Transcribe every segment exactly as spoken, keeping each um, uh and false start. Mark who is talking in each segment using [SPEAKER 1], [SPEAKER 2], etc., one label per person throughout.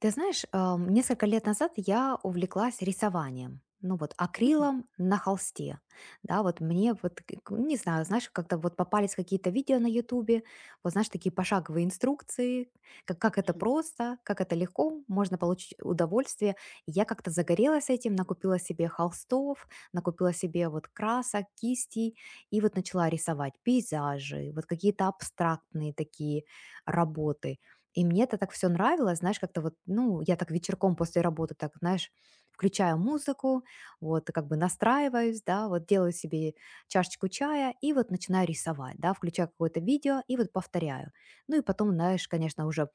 [SPEAKER 1] Ты знаешь, ам, несколько лет назад я увлеклась рисованием. Ну вот
[SPEAKER 2] Мгм,
[SPEAKER 1] акрилом на холсте, да, вот мне вот, к- к- не знаю, знаешь, как-то вот попались какие-то видео на ютубе, вот знаешь, такие пошаговые инструкции, как, как это
[SPEAKER 2] мгм,
[SPEAKER 1] просто, как это легко, можно получить удовольствие. И я как-то загорелась этим, накупила себе холстов, накупила себе вот красок, кистей, и вот начала рисовать пейзажи, вот какие-то абстрактные такие работы. И мне это так все нравилось, знаешь, как-то вот, ну, я так вечерком после работы так, знаешь, включаю музыку, вот, как бы настраиваюсь, да, вот делаю себе чашечку чая и вот начинаю рисовать, да, включаю какое-то видео и вот повторяю. Ну и потом, знаешь, конечно, уже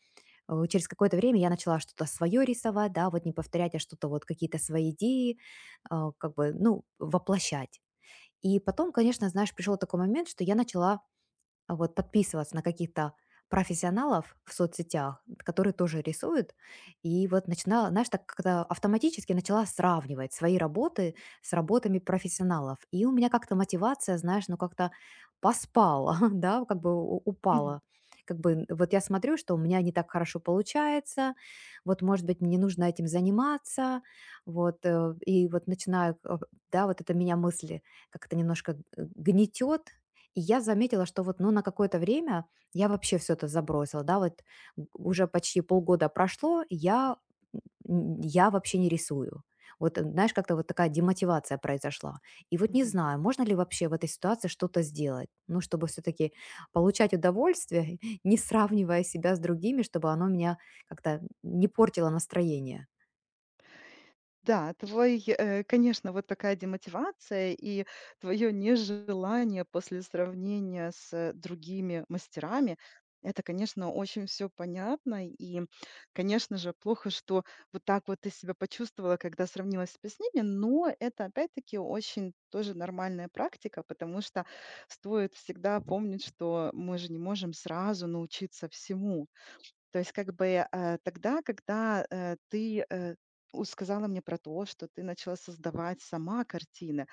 [SPEAKER 1] э, через какое-то время я начала что-то свое рисовать, да, вот не повторять, а что-то вот какие-то свои идеи, а, как бы, ну, воплощать. И потом, конечно, знаешь, пришел такой момент, что я начала а, вот подписываться на каких-то профессионалов в соцсетях, которые тоже рисуют, и вот начинала, знаешь, так как-то автоматически начала сравнивать свои работы с работами профессионалов. И у меня как-то мотивация, знаешь, ну как-то поспала, да, как бы у-
[SPEAKER 2] мгм,
[SPEAKER 1] упала. Как бы вот я смотрю, что у меня не так хорошо получается, вот, может быть, мне нужно этим заниматься, вот, э, и вот начинаю, э, да, вот это меня мысли как-то немножко гнетет, и я заметила, что вот, ну, на какое-то время я вообще все это забросила, да, вот г уже почти полгода прошло, я н я вообще не рисую. Вот, э, знаешь, как-то вот такая демотивация произошла. И вот не
[SPEAKER 2] мгм.
[SPEAKER 1] знаю, можно ли вообще в этой ситуации что-то сделать, ну, чтобы все таки получать удовольствие, не сравнивая себя с другими, чтобы оно меня как-то не портило настроение.
[SPEAKER 2] Да, твой, э, конечно, вот такая демотивация и твое нежелание после сравнения с э, другими мастерами, это, конечно, очень все понятно. И конечно же, плохо, что вот так вот ты себя почувствовала, когда сравнилась себя с ними, но это, опять-таки, очень тоже нормальная практика, потому что стоит всегда помнить, что мы же не можем сразу научиться всему. То есть как бы, э, тогда, когда, э, ты, э, у сказала мне про то, что ты начала создавать сама картины,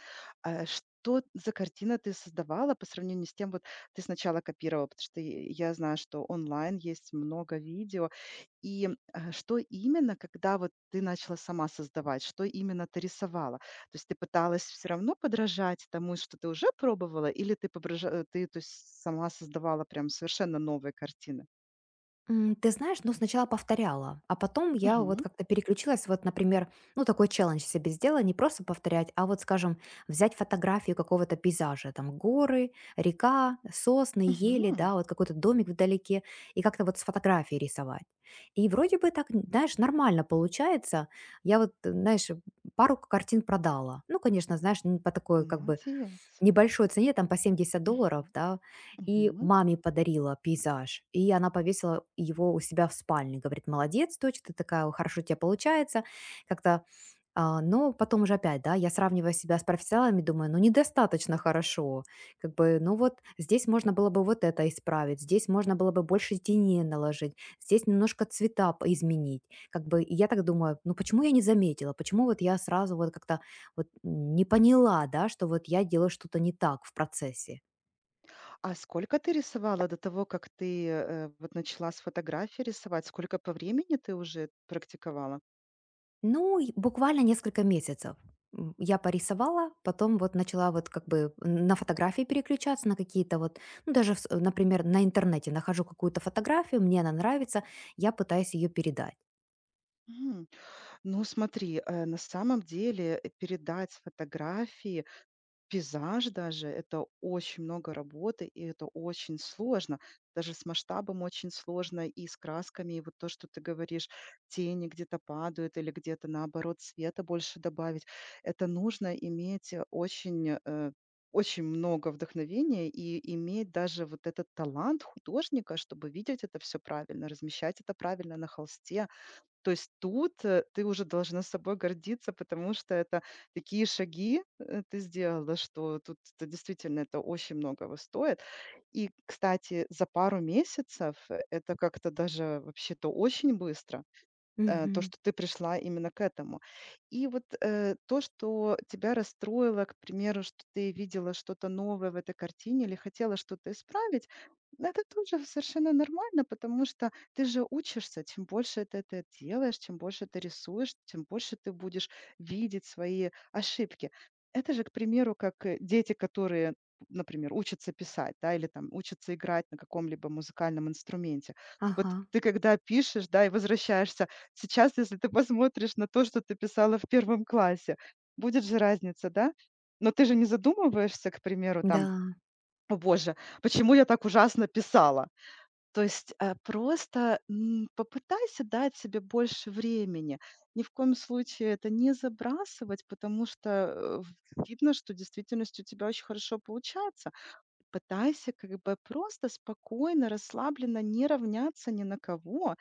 [SPEAKER 2] э, что за картина ты создавала по сравнению с тем, вот ты сначала копировала, потому что и я знаю, что онлайн есть много видео. И, э, что именно, когда вот ты начала сама создавать, что именно ты рисовала? То есть ты пыталась все равно подражать тому, что ты уже пробовала, или ты поброжа э, ты, то есть, сама создавала прям совершенно новые картины?
[SPEAKER 1] М, ты знаешь, ну, сначала повторяла, а потом я вот как-то переключилась, вот, например, ну, такой челлендж себе сделала, не просто повторять, а вот, скажем, взять фотографию какого-то пейзажа, там, горы, река, сосны, ели,
[SPEAKER 2] Мгм.
[SPEAKER 1] да, вот какой-то домик вдалеке, и как-то вот с фотографии рисовать. И вроде бы так, знаешь, нормально получается. Я вот, э, знаешь, пару картин продала. Ну, конечно, знаешь, не по такой, как бы,
[SPEAKER 2] Молодец.
[SPEAKER 1] небольшой цене, там по семьдесят долларов,
[SPEAKER 2] Мгм.
[SPEAKER 1] да, и
[SPEAKER 2] Мгм.
[SPEAKER 1] маме подарила пейзаж. И она повесила его у себя в спальне. Говорит, молодец, дочь, ты такая, хорошо у тебя получается. Как-то а, но потом уже опять, да, я сравниваю себя с профессионалами, думаю, ну недостаточно хорошо, как бы, ну вот здесь можно было бы вот это исправить, здесь можно было бы больше теней наложить, здесь немножко цвета п- изменить, как бы, и я так думаю, ну почему я не заметила, почему вот я сразу вот как-то вот не поняла, да, что вот я делаю что-то не так в процессе.
[SPEAKER 2] А сколько ты рисовала до того, как ты, э, вот начала с фотографии рисовать? Сколько по времени ты уже практиковала?
[SPEAKER 1] Ну, и буквально несколько месяцев. М, Я порисовала, потом вот начала вот как бы на фотографии переключаться, на какие-то вот, ну, даже, в с- например, на интернете нахожу какую-то фотографию, мне она нравится, я пытаюсь ее передать.
[SPEAKER 2] М. Ну, смотри, э, на самом деле, э, передать фотографии пейзаж даже- это очень много работы, и это очень сложно. Даже с масштабом очень сложно, и с красками. И вот то, что ты говоришь, тени где-то падают или где-то, наоборот, света больше добавить. Это нужно иметь, э, очень, э, очень много вдохновения и иметь даже вот этот талант художника, чтобы видеть это все правильно, размещать это правильно на холсте. То есть тут, э, ты уже должна собой гордиться, потому что это такие шаги, э, ты сделала, что тут это действительно это очень многого стоит. И, кстати, за пару месяцев э, это как-то даже вообще-то очень быстро, э, то,
[SPEAKER 1] Мгм.
[SPEAKER 2] что ты пришла именно к этому. И вот э, то, что тебя расстроило, к примеру, что ты видела что-то новое в этой картине или хотела что-то исправить, это тоже совершенно нормально, потому что ты же учишься, чем больше ты это делаешь, чем больше ты рисуешь, тем больше ты будешь видеть свои ошибки. Это же, к примеру, как э, дети, которые например, учатся писать, да, или там учатся играть на каком-либо музыкальном инструменте.
[SPEAKER 1] Ага,
[SPEAKER 2] Вот ты когда пишешь, да, и возвращаешься сейчас, если ты посмотришь на то, что ты писала в первом классе, будет же разница, да? Но ты же не задумываешься, к примеру, там:
[SPEAKER 1] да.
[SPEAKER 2] "О боже, почему я так ужасно писала?" То есть, э, просто, м, попытайся дать себе больше времени. Ни в коем случае это не забрасывать, потому что, э, в видно, что в действительности у тебя очень хорошо получается. Пытайся как бы просто спокойно, расслабленно не равняться ни на кого.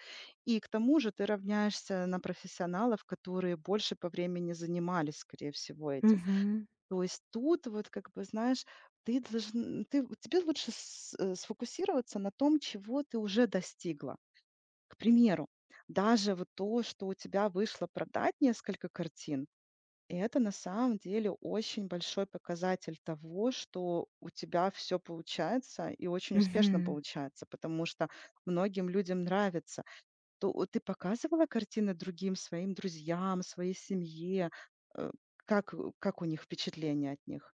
[SPEAKER 2] И к тому же ты равняешься на профессионалов, которые больше по времени занимались, скорее всего, этим.
[SPEAKER 1] Мгм.
[SPEAKER 2] То есть тут вот как бы, знаешь, ты должен, ты, тебе лучше с- э, сфокусироваться на том, чего ты уже достигла. К примеру, даже вот то, что у тебя вышло продать несколько картин, и это на самом деле очень большой показатель того, что у тебя все получается и очень успешно
[SPEAKER 1] Мгм.
[SPEAKER 2] получается, потому что многим людям нравится. То о Ты показывала картины другим своим друзьям, своей семье? Э, как э, как у них впечатление от них?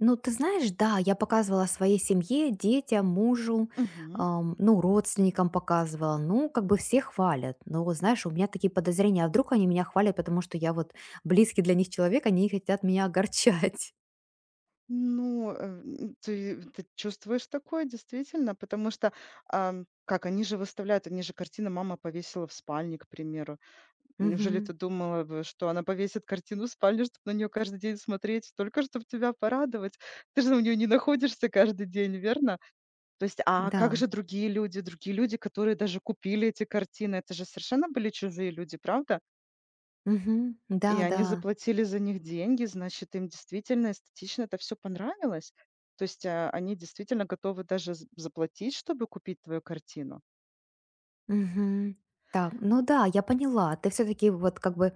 [SPEAKER 1] Ну, ты знаешь, да, я показывала своей семье, детям, мужу,
[SPEAKER 2] Мгм.
[SPEAKER 1] ам, ну, родственникам показывала. Ну, как бы все хвалят. Но, вот знаешь, у меня такие подозрения, а вдруг они меня хвалят, потому что я вот близкий для них человек, они не хотят меня огорчать.
[SPEAKER 2] Ну, э, м, ты ты чувствуешь такое действительно, потому что, ам, как они же выставляют, они же картины "Мама повесила в спальне", к примеру. Неужели
[SPEAKER 1] Мгм.
[SPEAKER 2] ты думала бы, что она повесит картину в спальне, чтобы на нее каждый день смотреть, только чтобы тебя порадовать? Ты же у нее не находишься каждый день, верно? То есть, а как
[SPEAKER 1] Да.
[SPEAKER 2] же другие люди, другие люди, которые даже купили эти картины? Это же совершенно были чужие люди, правда?
[SPEAKER 1] Мгм. Да,
[SPEAKER 2] И они
[SPEAKER 1] да.
[SPEAKER 2] заплатили за них деньги, значит, им действительно эстетично это все понравилось. То есть, а, они действительно готовы даже з заплатить, чтобы купить твою картину.
[SPEAKER 1] Мгм. Так, ну да, я поняла. Ты все-таки вот как бы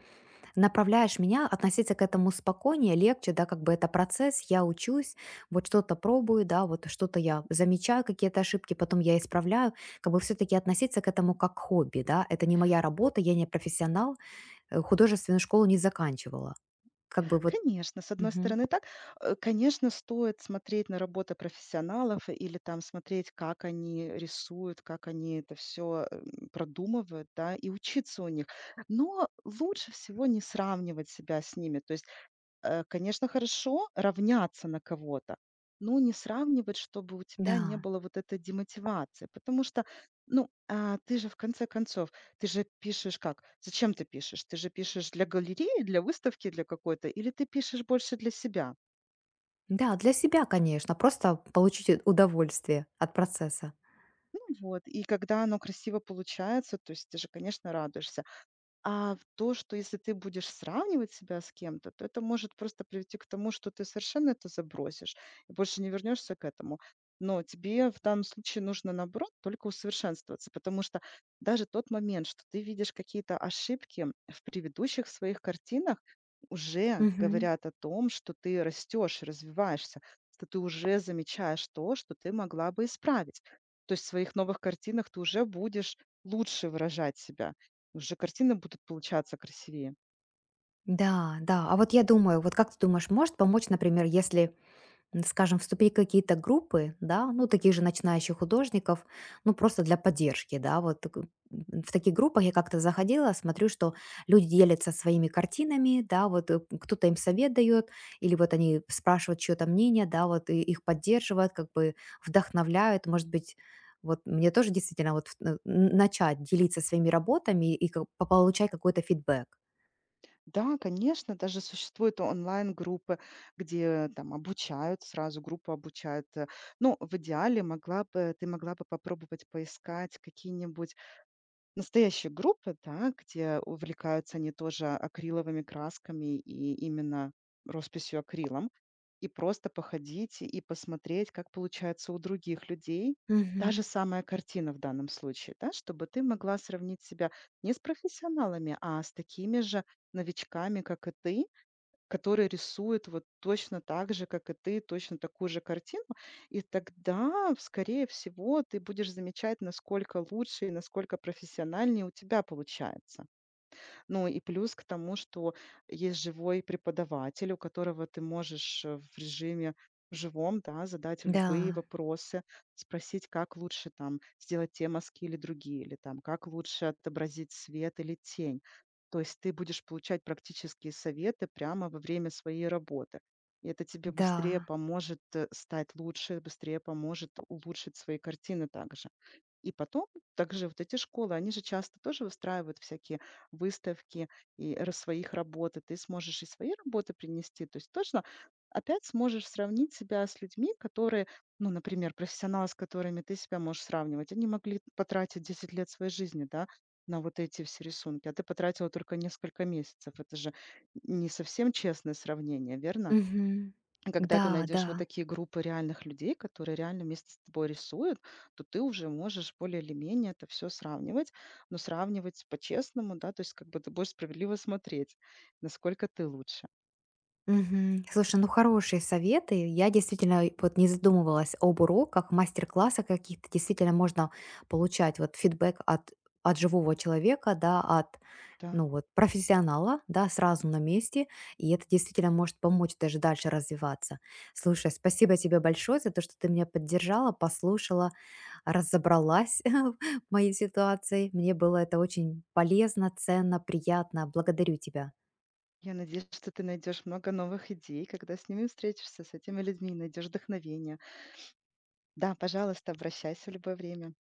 [SPEAKER 1] направляешь меня относиться к этому спокойнее, легче, да, как бы это процесс, я учусь, вот что-то пробую, да, вот что-то я замечаю, какие-то ошибки, потом я исправляю, как бы все-таки относиться к этому как хобби, да, это не моя работа, я не профессионал, э, художественную школу не заканчивала, как бы вот,
[SPEAKER 2] Конечно, с одной
[SPEAKER 1] мгм.
[SPEAKER 2] стороны так. Э, Конечно, стоит смотреть на работы профессионалов или там смотреть, как они рисуют, как они это все продумывают, да, и учиться у них. Но лучше всего не сравнивать себя с ними. То есть Э, конечно, хорошо равняться на кого-то, но не сравнивать, чтобы у тебя не
[SPEAKER 1] Да,
[SPEAKER 2] было вот этой демотивации. Потому что, ну, а, ты же в конце концов, ты же пишешь как? Зачем ты пишешь? Ты же пишешь для галереи, для выставки, для какой-то, или ты пишешь больше для себя?
[SPEAKER 1] да, для себя, конечно, просто получить у- удовольствие от процесса.
[SPEAKER 2] Ну вот, и когда оно красиво получается, то есть ты же, конечно, радуешься. А в то, что если ты будешь сравнивать себя с кем-то, то это может просто привести к тому, что ты совершенно это забросишь и больше не вернешься к этому. Но тебе в данном случае нужно, наоборот, только усовершенствоваться, потому что даже тот момент, что ты видишь какие-то ошибки в предыдущих своих картинах, уже
[SPEAKER 1] Мгм.
[SPEAKER 2] говорят о том, что ты растешь, развиваешься, что ты уже замечаешь то, что ты могла бы исправить. То есть в своих новых картинах ты уже будешь лучше выражать себя. Уже картины будут получаться красивее.
[SPEAKER 1] Да, да. А вот я думаю, вот как ты думаешь, может помочь, например, если м, скажем, вступить в какие-то группы, да, ну, таких же начинающих художников, ну, просто для поддержки, да, вот так, м, в таких группах я как-то заходила, смотрю, что люди делятся своими картинами, да, вот э, кто-то им совет дает, или вот они спрашивают чье-то мнение, да, вот и их поддерживают, как бы вдохновляют, может быть, вот мне тоже действительно вот э, н- начать делиться своими работами и как- по- получать какой-то фидбэк.
[SPEAKER 2] Да, конечно, даже существуют онлайн-группы, где там обучают, сразу группу обучают. э. Ну, в идеале могла бы, ты могла бы попробовать поискать какие-нибудь настоящие группы, да, где увлекаются они тоже акриловыми красками и именно росписью акрилом, и просто походить и посмотреть, как получается у других людей. Та же
[SPEAKER 1] Мгм.
[SPEAKER 2] самая картина в данном случае, да, чтобы ты могла сравнить себя не с профессионалами, а с такими же новичками, как и ты, который рисует вот точно так же, как и ты, точно такую же картину. И тогда, скорее всего, ты будешь замечать, насколько лучше и насколько профессиональнее у тебя получается. Ну и плюс к тому, что есть живой преподаватель, у которого ты можешь э, в режиме живом, да, задать
[SPEAKER 1] Да,
[SPEAKER 2] любые вопросы, спросить, как лучше там сделать те мазки или другие, или там как лучше отобразить свет или тень. То есть ты будешь получать практические советы прямо во время своей работы. И это тебе быстрее
[SPEAKER 1] да.
[SPEAKER 2] поможет э, стать лучше, быстрее поможет улучшить свои картины также. И потом также вот эти школы, они же часто тоже выстраивают всякие выставки и ра- своих работ, и ты сможешь и свои работы принести. То есть точно опять сможешь сравнить себя с людьми, которые, ну, например, профессионалы, с которыми ты себя можешь сравнивать, они могли потратить десять лет своей жизни, да, на вот эти все рисунки, а ты потратила только несколько месяцев. Это же не совсем честное сравнение, верно?
[SPEAKER 1] Мгм.
[SPEAKER 2] Когда
[SPEAKER 1] Да,
[SPEAKER 2] ты
[SPEAKER 1] да.
[SPEAKER 2] найдешь вот такие группы реальных людей, которые реально вместе с тобой рисуют, то ты уже можешь более или менее это все сравнивать, но сравнивать по-честному, да, то есть как бы ты будешь справедливо смотреть, насколько ты лучше.
[SPEAKER 1] Мгм. Слушай, ну хорошие советы. Я действительно вот не задумывалась об уроках, мастер-классах каких-то. Действительно можно получать вот фидбэк от, от живого человека, да, от
[SPEAKER 2] Да,
[SPEAKER 1] ну вот, профессионала, да, сразу на месте, и это действительно может помочь даже дальше развиваться. Слушай, спасибо тебе большое за то, что ты меня поддержала, послушала, разобралась в моей ситуации. Мне было это очень полезно, ценно, приятно. Благодарю тебя.
[SPEAKER 2] я надеюсь, что ты найдешь много новых идей, когда с ними встретишься, с этими людьми, найдешь вдохновение. Да, пожалуйста, обращайся в любое время.